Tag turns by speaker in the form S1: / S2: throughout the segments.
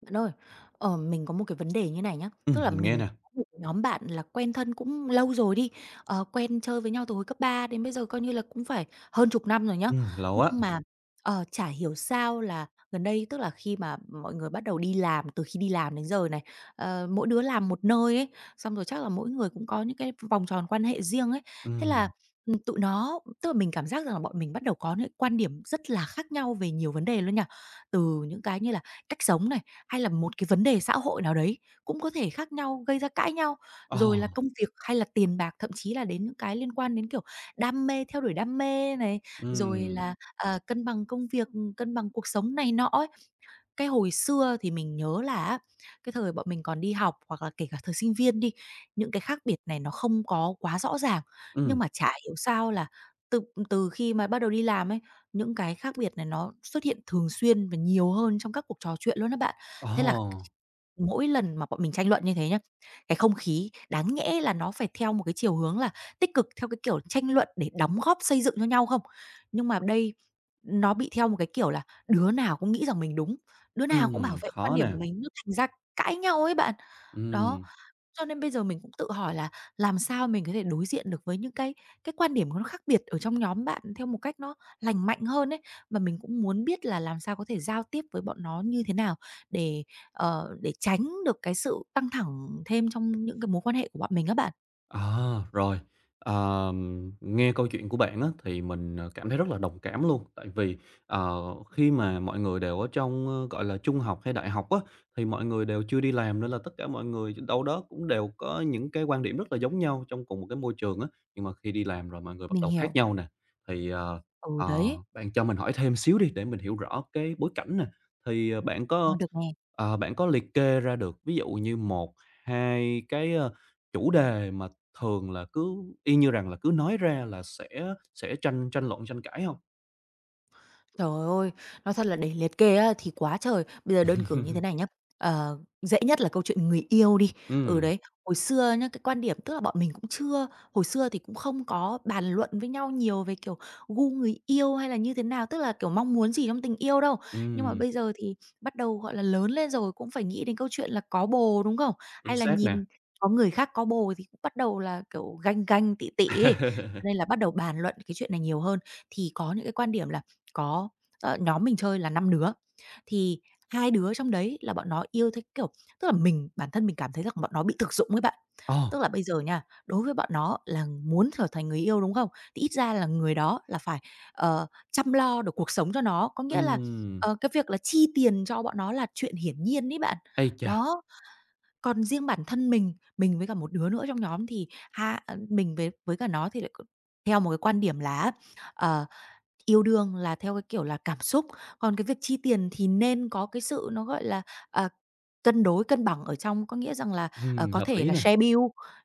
S1: Bạn ơi, mình có một cái vấn đề như này nhá, tức là
S2: Mình nghe
S1: mình
S2: nè.
S1: có một nhóm bạn là quen thân cũng lâu rồi đi, quen chơi với nhau từ hồi cấp 3 đến bây giờ coi như là cũng phải hơn chục năm rồi nhá.
S2: Lâu á.
S1: Nhưng mà, chả hiểu sao là gần đây, tức là khi mà mọi người bắt đầu đi làm, từ khi đi làm đến giờ này, mỗi đứa làm một nơi ấy, xong rồi chắc là mỗi người cũng có những cái vòng tròn quan hệ riêng ấy. Thế là,
S2: Ừm,
S1: tụi nó tức là mình cảm giác rằng là bọn mình bắt đầu có những quan điểm rất là khác nhau về nhiều vấn đề luôn nha. Từ những cái như cách sống này, hay là một cái vấn đề xã hội nào đấy cũng có thể khác nhau, gây ra cãi nhau.
S2: ờ,
S1: Rồi là công việc hay là tiền bạc, thậm chí là đến những cái liên quan đến, kiểu, đam mê, theo đuổi đam mê này, rồi
S2: ừm,
S1: là, cân bằng công việc, cân bằng cuộc sống này nọ ấy. Cái hồi xưa thì mình nhớ là á, cái thời bọn mình còn đi học hoặc là kể cả thời sinh viên đi, những cái khác biệt này nó không có quá rõ ràng. Nhưng
S2: ừm,
S1: mà chả hiểu sao là từ từ khi mà bắt đầu đi làm ấy, những cái khác biệt này nó xuất hiện thường xuyên và nhiều hơn trong các cuộc trò chuyện luôn đó bạn.
S2: ờ,
S1: Thế là mỗi lần mà bọn mình tranh luận như thế nhá, cái không khí đáng nhẽ là nó phải theo một cái chiều hướng là tích cực theo cái kiểu tranh luận để đóng góp xây dựng cho nhau không? Nhưng mà đây nó bị theo một cái kiểu là đứa nào cũng nghĩ rằng mình đúng, đứa nào cũng bảo vệ quan
S2: Khó
S1: điểm
S2: nè,
S1: của mình, nó thành ra cãi nhau ấy bạn. Đó.
S2: ừm.
S1: Cho nên bây giờ mình cũng tự hỏi là làm sao mình có thể đối diện được với những cái quan điểm nó khác biệt ở trong nhóm bạn theo một cách nó lành mạnh hơn ấy. Và mình cũng muốn biết là làm sao có thể giao tiếp với bọn nó như thế nào để, để tránh được cái sự căng thẳng thêm trong những cái mối quan hệ của bọn mình các bạn.
S2: À, rồi. Nghe câu chuyện của bạn á, thì mình, cảm thấy rất là đồng cảm luôn. Tại vì, ờ, khi mà mọi người đều ở trong, gọi là, trung học hay đại học á, thì mọi người đều chưa đi làm nên là tất cả mọi người đâu đó cũng đều có những cái quan điểm rất là giống nhau trong cùng một cái môi trường á. Nhưng mà khi đi làm rồi mọi người bắt
S1: Mình
S2: đầu khác
S1: hiểu.
S2: nhau nè. Thì,
S1: Ừ,
S2: ờ,
S1: đấy.
S2: bạn cho mình hỏi thêm xíu đi để mình hiểu rõ cái bối cảnh nè. Thì,
S1: Ờ, được nè.
S2: bạn có liệt kê ra được ví dụ như một 2 cái, chủ đề mà thường là cứ y như rằng là cứ nói ra là sẽ tranh tranh luận, tranh cãi hông?
S1: Trời ơi, nói thật là để liệt kê á thì quá trời. Bây giờ đơn cử như thế này nhá, dễ nhất là câu chuyện người yêu đi. Ừ,
S2: Ừm,
S1: đấy, hồi xưa nhá, cái quan điểm tức là bọn mình cũng chưa, hồi xưa thì cũng không có bàn luận với nhau nhiều về, kiểu, gu người yêu hay là như thế nào, tức là, kiểu, mong muốn gì trong tình yêu đâu. Nhưng mà
S2: ừm,
S1: bây giờ thì bắt đầu, gọi là, lớn lên rồi cũng phải nghĩ đến câu chuyện là có bồ, đúng không?
S2: chính
S1: Hay là
S2: xác nè.
S1: nhìn có người khác có bồ thì cũng bắt đầu là, kiểu, ganh ganh, tị tị ấy, nên là bắt đầu bàn luận cái chuyện này nhiều hơn. Thì có những cái quan điểm là có. Ờ, nhóm mình chơi là 5 đứa, thì 2 đứa trong đấy là bọn nó yêu theo kiểu tức là mình bản thân mình cảm thấy rằng bọn nó bị thực dụng ấy bạn. Tức
S2: Ồ,
S1: là bây giờ nha, đối với bọn nó là muốn trở thành người yêu, đúng không? Thì ít ra là người đó là phải, chăm lo được cuộc sống cho nó, có nghĩa là,
S2: ừm,
S1: cái việc là chi tiền cho bọn nó là chuyện hiển nhiên đấy bạn.
S2: ây chà,
S1: Đó, còn riêng bản thân mình với cả một đứa nữa trong nhóm thì ha, mình với cả nó thì lại theo một cái quan điểm là ờ Yêu đương là theo cái kiểu là cảm xúc, còn cái việc chi tiền thì nên có cái sự nó, gọi là, à, cân đối, cân bằng ở trong. Có nghĩa rằng là, có
S2: hợp
S1: thể
S2: lý
S1: là
S2: nè.
S1: share bill,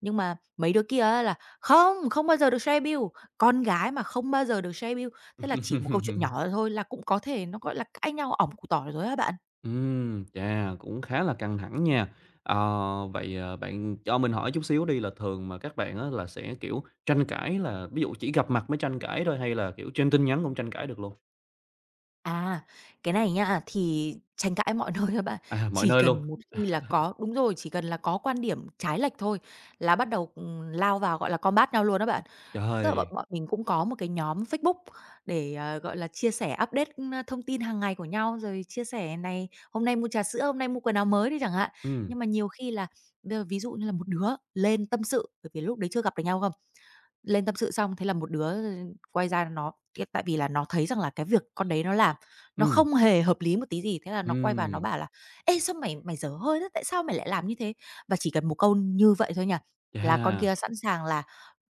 S1: nhưng mà mấy đứa kia á là "Không, không bao giờ được share bill, con gái mà không bao giờ được share bill." Thế là chỉ một câu chuyện nhỏ thôi là cũng có thể nó, gọi là, cãi nhau ỏm củ tỏi rồi á bạn.
S2: Chà, cũng khá là căng thẳng nha. Vậy, bạn cho mình hỏi chút xíu đi là thường mà các bạn á là sẽ, kiểu, tranh cãi là ví dụ chỉ gặp mặt mới tranh cãi thôi hay là, kiểu, trên tin nhắn cũng tranh cãi được luôn?
S1: À, cái này nha thì tranh cãi mọi nơi á bạn.
S2: À, mọi
S1: Chỉ
S2: nơi luôn?
S1: cần một khi là có đúng rồi, chỉ cần là có quan điểm trái lệch thôi là bắt đầu, lao vào, gọi là, combat nhau luôn á bạn. Tức là bọn
S2: Trời!
S1: bọn mình cũng có một cái nhóm Facebook để, gọi là, chia sẻ update, thông tin hàng ngày của nhau, rồi chia sẻ này, hôm nay mua trà sữa, hôm nay mua quần áo mới đi chẳng hạn.
S2: Ừm,
S1: Nhưng mà nhiều khi là bây giờ ví dụ như là một đứa lên tâm sự, bởi vì lúc đấy chưa gặp được nhau cơ. Lên tâm sự xong thế là một đứa quay ra nó cái tại vì là nó thấy rằng là cái việc con đấy nó làm nó
S2: ừm,
S1: không hề hợp lý một tí gì, thế là nó quay vào nó
S2: ừm,
S1: bảo là "Ê, sao mày mày dở hơi thế, tại sao mày lại làm như thế?" Và chỉ cần một câu như vậy thôi nha, là con
S2: chà!
S1: kia sẵn sàng là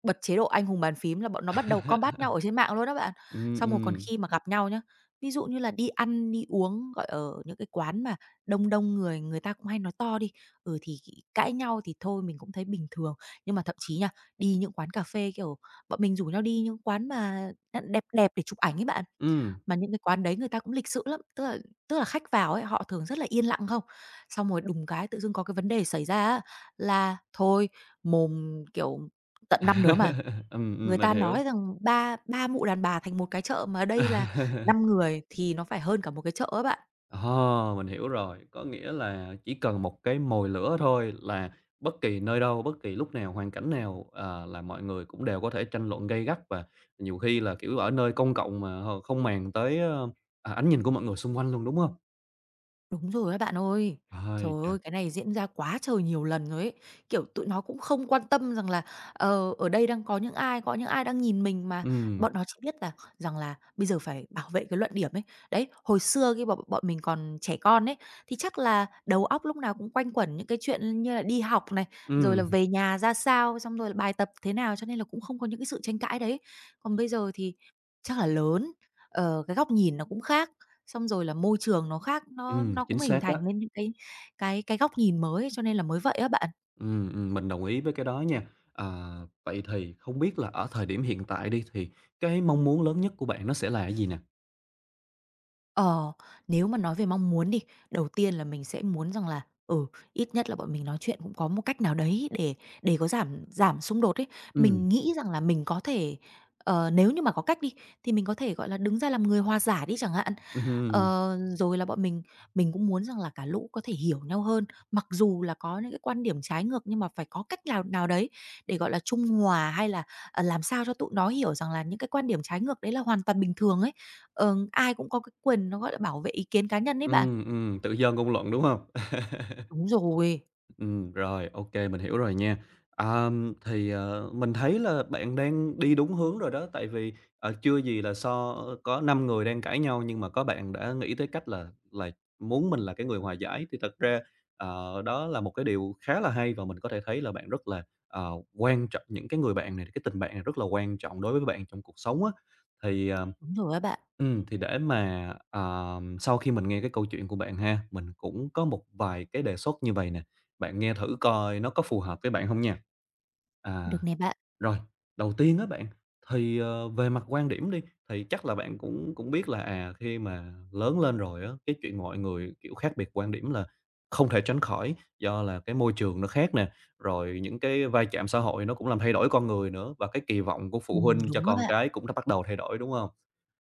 S1: bật chế độ anh hùng bàn phím là bọn nó bắt đầu combat nhau ở trên mạng luôn đó bạn.
S2: Ừm,
S1: Xong rồi còn
S2: ừm,
S1: khi mà gặp nhau nhá, ví dụ như là đi ăn, đi uống, gọi ở những cái quán mà đông đông người, người ta cũng hay nói to đi, thì cãi nhau thì thôi mình cũng thấy bình thường. Nhưng mà thậm chí nha, đi những quán cà phê, kiểu, bọn mình rủ nhau đi những quán mà đẹp đẹp để chụp ảnh ấy bạn.
S2: ừm.
S1: Mà những cái quán đấy người ta cũng lịch sự lắm, tức là khách vào ấy, họ thường rất là yên lặng không? Xong rồi đùng cái tự dưng có cái vấn đề xảy ra á, là thôi mồm, kiểu, tận 5 đứa mà, người
S2: Mình
S1: ta
S2: hiểu.
S1: nói rằng ba ba mụ đàn bà thành một cái chợ, mà đây là 5 người thì nó phải hơn cả một cái chợ ấy bạn.
S2: Ờ, mình hiểu rồi, có nghĩa là chỉ cần một cái mồi lửa thôi là bất kỳ nơi đâu, bất kỳ lúc nào, hoàn cảnh nào, là mọi người cũng đều có thể tranh luận gay gắt và nhiều khi là, kiểu, ở nơi công cộng mà không màng tới, ánh nhìn của mọi người xung quanh luôn, đúng không?
S1: Đúng rồi á bạn ơi. Trời
S2: Ôi chà!
S1: ơi, cái này diễn ra quá trời nhiều lần rồi ấy. Kiểu, tụi nó cũng không quan tâm rằng là, ở đây đang có những ai đang nhìn mình, mà
S2: Ừm,
S1: bọn nó chỉ biết rằng là bây giờ phải bảo vệ cái luận điểm ấy. Đấy, hồi xưa khi bọn bọn mình còn trẻ con ấy, thì chắc là đầu óc lúc nào cũng quanh quẩn những cái chuyện như là đi học này, rồi là
S2: ừm,
S1: về nhà ra sao, xong rồi là bài tập thế nào, cho nên là cũng không có những cái sự tranh cãi đấy. Còn bây giờ thì chắc là lớn, cái góc nhìn nó cũng khác. Xong rồi là môi trường nó khác, nó nó cũng
S2: chính
S1: hình
S2: xác đó.
S1: thành nên những cái góc nhìn mới, cho nên là mới vậy á bạn.
S2: Mình đồng ý với cái đó nha. À, vậy thì không biết là ở thời điểm hiện tại đi, thì cái mong muốn lớn nhất của bạn nó sẽ là cái gì nè?
S1: Ờ, nếu mà nói về mong muốn đi, đầu tiên là mình sẽ muốn rằng là, ừ, ít nhất là bọn mình nói chuyện cũng có một cách nào đấy để có giảm giảm xung đột ấy.
S2: Ừm,
S1: Mình nghĩ rằng là mình có thể, nếu như mà có cách đi, thì mình có thể, gọi là, đứng ra làm người hòa giải đi chẳng hạn.
S2: hưm,
S1: Rồi là bọn mình cũng muốn rằng là cả lũ có thể hiểu nhau hơn, mặc dù là có những cái quan điểm trái ngược nhưng mà phải có cách nào nào đấy để, gọi là, trung hòa hay là, làm sao cho tụi nó hiểu rằng là những cái quan điểm trái ngược đấy là hoàn toàn bình thường ấy. Ai cũng có cái quyền nó, gọi là, bảo vệ ý kiến cá nhân ấy bạn.
S2: ừm, tự do ngôn luận, đúng không?
S1: Đúng rồi,
S2: Rồi, ok mình hiểu rồi nha. Thì, mình thấy là bạn đang đi đúng hướng rồi đó, tại vì, chưa gì là có 5 người đang cãi nhau nhưng mà có bạn đã nghĩ tới cách là muốn mình là cái người hòa giải, thì thật ra, đó là một cái điều khá là hay và mình có thể thấy là bạn rất là, quan trọng những cái người bạn này, cái tình bạn này rất là quan trọng đối với bạn trong cuộc sống á. Thì, ờ
S1: đúng rồi á bạn.
S2: Ừ thì để mà, sau khi mình nghe cái câu chuyện của bạn ha, mình cũng có một vài cái đề xuất như vậy nè, bạn nghe thử coi nó có phù hợp với bạn không nha. À.
S1: Được nè bạn.
S2: Rồi, đầu tiên á bạn, thì, về mặt quan điểm đi, thì chắc là bạn cũng cũng biết là, à, khi mà lớn lên rồi á, cái chuyện mọi người, kiểu, khác biệt quan điểm là không thể tránh khỏi, do là cái môi trường nó khác nè, rồi những cái va chạm xã hội nó cũng làm thay đổi con người nữa, và cái kỳ vọng của phụ huynh cho
S1: Đúng á
S2: con
S1: bạn.
S2: cái cũng đã bắt đầu thay đổi, đúng không?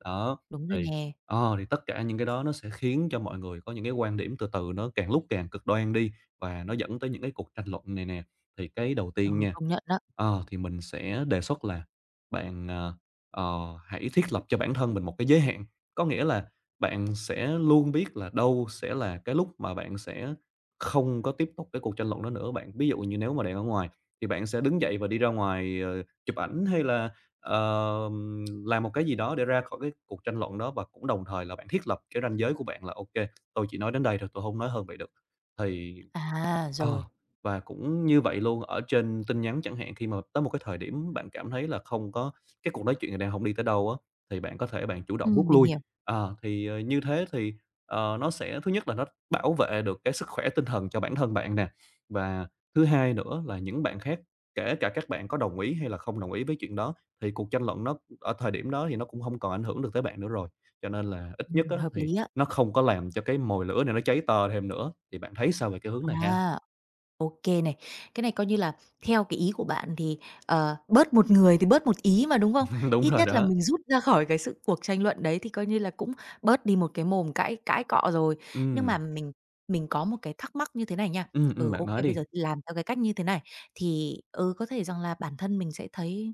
S2: Đó,
S1: Đúng rồi
S2: thì
S1: nè.
S2: thì tất cả những cái đó nó sẽ khiến cho mọi người có những cái quan điểm từ từ nó càng lúc càng cực đoan đi, và nó dẫn tới những cái cuộc tranh luận này nè. Thì cái đầu tiên
S1: Ừ,
S2: nha,
S1: công nhận đó.
S2: Thì mình sẽ đề xuất là bạn, hãy thiết lập cho bản thân mình một cái giới hạn. Có nghĩa là bạn sẽ luôn biết là đâu sẽ là cái lúc mà bạn sẽ không có tiếp tục cái cuộc tranh luận đó nữa. Bạn ví dụ như nếu mà đang ở ngoài thì bạn sẽ đứng dậy và đi ra ngoài, chụp ảnh hay là, làm một cái gì đó để ra khỏi cái cuộc tranh luận đó. Và cũng đồng thời là bạn thiết lập cái ranh giới của bạn là ok "tôi chỉ nói đến đây thôi, tôi không nói hơn vậy được." Thì
S1: À,
S2: Ờ,
S1: rồi.
S2: và cũng như vậy luôn, ở trên tin nhắn chẳng hạn, khi mà tới một cái thời điểm bạn cảm thấy là không có cái cuộc nói chuyện này đang không đi tới đâu á, thì bạn có thể bạn chủ động rút
S1: Mình
S2: lui.
S1: hiểu.
S2: Thì, như thế thì, nó sẽ thứ nhất là nó bảo vệ được cái sức khỏe tinh thần cho bản thân bạn nè, và thứ hai nữa là những bạn khác, kể cả các bạn có đồng ý hay là không đồng ý với chuyện đó, thì cuộc tranh luận nó ở thời điểm đó thì nó cũng không còn ảnh hưởng được tới bạn nữa rồi. Cho nên là ít nhất á,
S1: Hợp
S2: thì
S1: lý á.
S2: nó không có làm cho cái mồi lửa này nó cháy to thêm nữa, thì bạn thấy sao về cái hướng này ha?
S1: À. OK này. Cái này coi như là theo cái ý của bạn thì, bớt một người thì bớt một ý mà, đúng không?
S2: Đúng
S1: Ít
S2: rồi
S1: nhất là
S2: đó.
S1: mình rút ra khỏi cái sự cuộc tranh luận đấy thì coi như là cũng bớt đi một cái mồm cãi cãi cọ rồi. Nhưng mà
S2: Ừm,
S1: mình có một cái thắc mắc như thế này nha. Ừ,
S2: bạn
S1: OK
S2: nói
S1: bây
S2: đi.
S1: giờ thì làm theo cái cách như thế này thì, có thể rằng là bản thân mình sẽ thấy,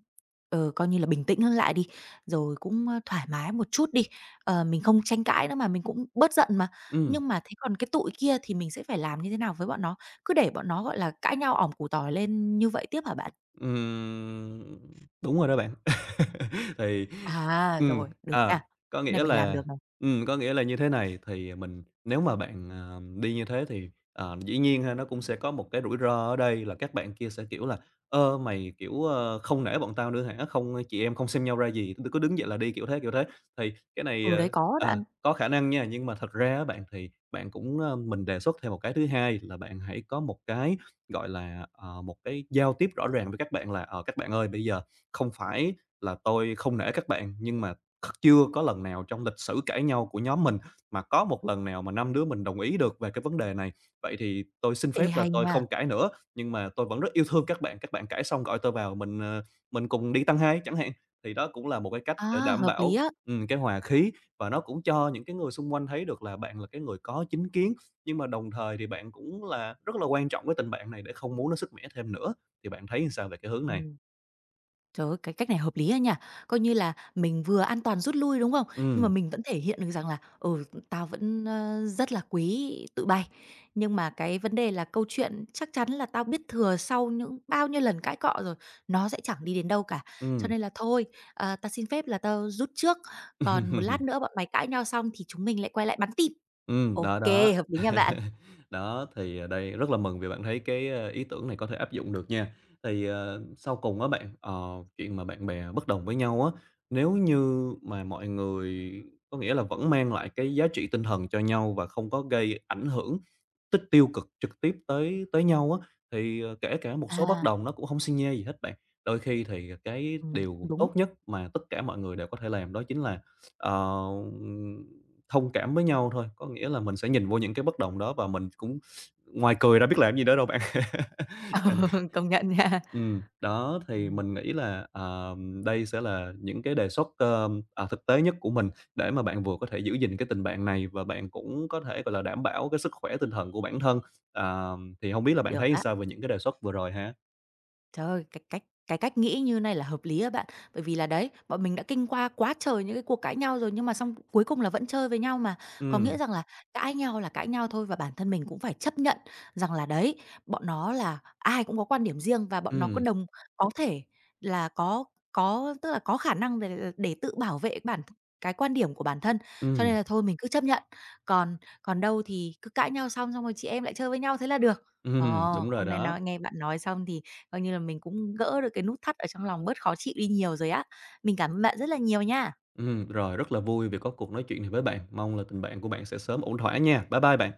S1: coi như là bình tĩnh hơn lại đi, rồi cũng, thoải mái một chút đi. Mình không tranh cãi nữa mà, mình cũng bớt giận mà.
S2: Ừm,
S1: Nhưng mà thế còn cái tụi kia thì mình sẽ phải làm như thế nào với bọn nó? Cứ để bọn nó, gọi là, cãi nhau ỏm củ tỏi lên như vậy tiếp hả bạn?
S2: ừm, đúng rồi đó bạn. Thì
S1: À,
S2: ừm,
S1: rồi, được nha.
S2: ờ, có
S1: Cái này
S2: nghĩa
S1: mình làm
S2: là
S1: được này.
S2: có nghĩa là như thế này, thì à, nếu mà bạn, đi như thế thì, dĩ nhiên ha, nó cũng sẽ có một cái rủi ro ở đây là các bạn kia sẽ, kiểu là "Ơ, mày, kiểu, ơ, không nể bọn tao nữa hả? Không chị em không xem nhau ra gì, cứ đứng dậy là đi", kiểu thế, kiểu thế. Thì cái này,
S1: Ừ, đấy có đó ăn.
S2: có khả năng nha, nhưng mà thật ra á bạn, thì bạn cũng, ơ mình đề xuất thêm một cái thứ hai là bạn hãy có một cái, gọi là, một cái giao tiếp rõ ràng với các bạn là "Ờ, các bạn ơi, bây giờ không phải là tôi không nể các bạn, nhưng mà chưa có lần nào trong lịch sử cãi nhau của nhóm mình mà có một lần nào mà 5 đứa mình đồng ý được về cái vấn đề này. Vậy thì tôi xin
S1: Ê,
S2: phép là
S1: hay
S2: tôi
S1: nha.
S2: không cãi nữa, nhưng mà tôi vẫn rất yêu thương các bạn cãi xong gọi tôi vào mình, mình cùng đi tăng hai chẳng hạn. Thì đó cũng là một cái cách để
S1: À,
S2: đảm
S1: hợp lý
S2: bảo,
S1: á.
S2: cái hòa khí và nó cũng cho những cái người xung quanh thấy được là bạn là cái người có chính kiến, nhưng mà đồng thời thì bạn cũng là rất là quan trọng cái tình bạn này để không muốn nó sứt mẻ thêm nữa. Thì bạn thấy sao về cái hướng này?
S1: Ừm. Trời ơi, cái cách này hợp lý á nha. Coi như là mình vừa an toàn rút lui, đúng không? Nhưng mà
S2: Ừm,
S1: mình vẫn thể hiện được rằng là, tao vẫn, rất là quý tụi bay. Nhưng mà cái vấn đề là câu chuyện chắc chắn là tao biết thừa sau những bao nhiêu lần cãi cọ rồi, nó sẽ chẳng đi đến đâu cả. Cho
S2: ừm.
S1: nên là thôi, tao xin phép là tao rút trước, còn một lát nữa bọn mày cãi nhau xong thì chúng mình lại quay lại bắn tim.
S2: Đó,
S1: OK,
S2: đó.
S1: hợp lý nha bạn.
S2: Đó, thì, đây rất là mừng vì bạn thấy cái, ý tưởng này có thể áp dụng được nha. Thì, sau cùng á bạn, chuyện mà bạn bè bất đồng với nhau á, nếu như mà mọi người có nghĩa là vẫn mang lại cái giá trị tinh thần cho nhau và không có gây ảnh hưởng tiêu cực trực tiếp tới tới nhau á, thì, kể cả một số bất
S1: À,
S2: đồng nó cũng hông xi nhê gì hết bạn. Đôi khi thì cái
S1: cũng
S2: điều
S1: đúng.
S2: tốt nhất mà tất cả mọi người đều có thể làm đó chính là, ờ Thông cảm với nhau thôi, có nghĩa là mình sẽ nhìn vô những cái bất đồng đó và mình cũng ngoài cười ra biết làm gì nữa đâu bạn. Cần
S1: Công nhận nha.
S2: Đó, thì
S1: Ừm,
S2: mình nghĩ là, đây sẽ là những cái đề xuất, thực tế nhất của mình để mà bạn vừa có thể giữ gìn cái tình bạn này và bạn cũng có thể, gọi là, đảm bảo cái sức khỏe tinh thần của bản thân. Thì không biết là bạn
S1: được
S2: thấy
S1: á.
S2: sao về những cái đề xuất vừa rồi ha?
S1: Trời ơi, cái cách nghĩ như này là hợp lý á bạn. Bởi vì là đấy, bọn mình đã kinh qua quá trời những cái cuộc cãi nhau rồi nhưng mà xong cuối cùng là vẫn chơi với nhau mà. Có nghĩa
S2: Ừm,
S1: rằng là cãi nhau thôi và bản thân mình cũng phải chấp nhận rằng là đấy, bọn nó là ai cũng có quan điểm riêng và bọn nó
S2: ừm,
S1: có thể là có tức là có khả năng để tự bảo vệ cái quan điểm của bản thân, cho nên
S2: ừm,
S1: là thôi mình cứ chấp nhận. Còn còn đâu thì cứ cãi nhau xong xong rồi chị em lại chơi với nhau thế là được. Ồ,
S2: đúng rồi
S1: hôm nay
S2: đó.
S1: nghe bạn nói xong thì coi như là mình cũng gỡ được cái nút thắt ở trong lòng bớt khó chịu đi nhiều rồi á. Mình cảm ơn bạn rất là nhiều nha.
S2: Rồi, rất là vui vì có cuộc nói chuyện này với bạn. Mong là tình bạn của bạn sẽ sớm ổn thỏa nha. Bye bye bạn.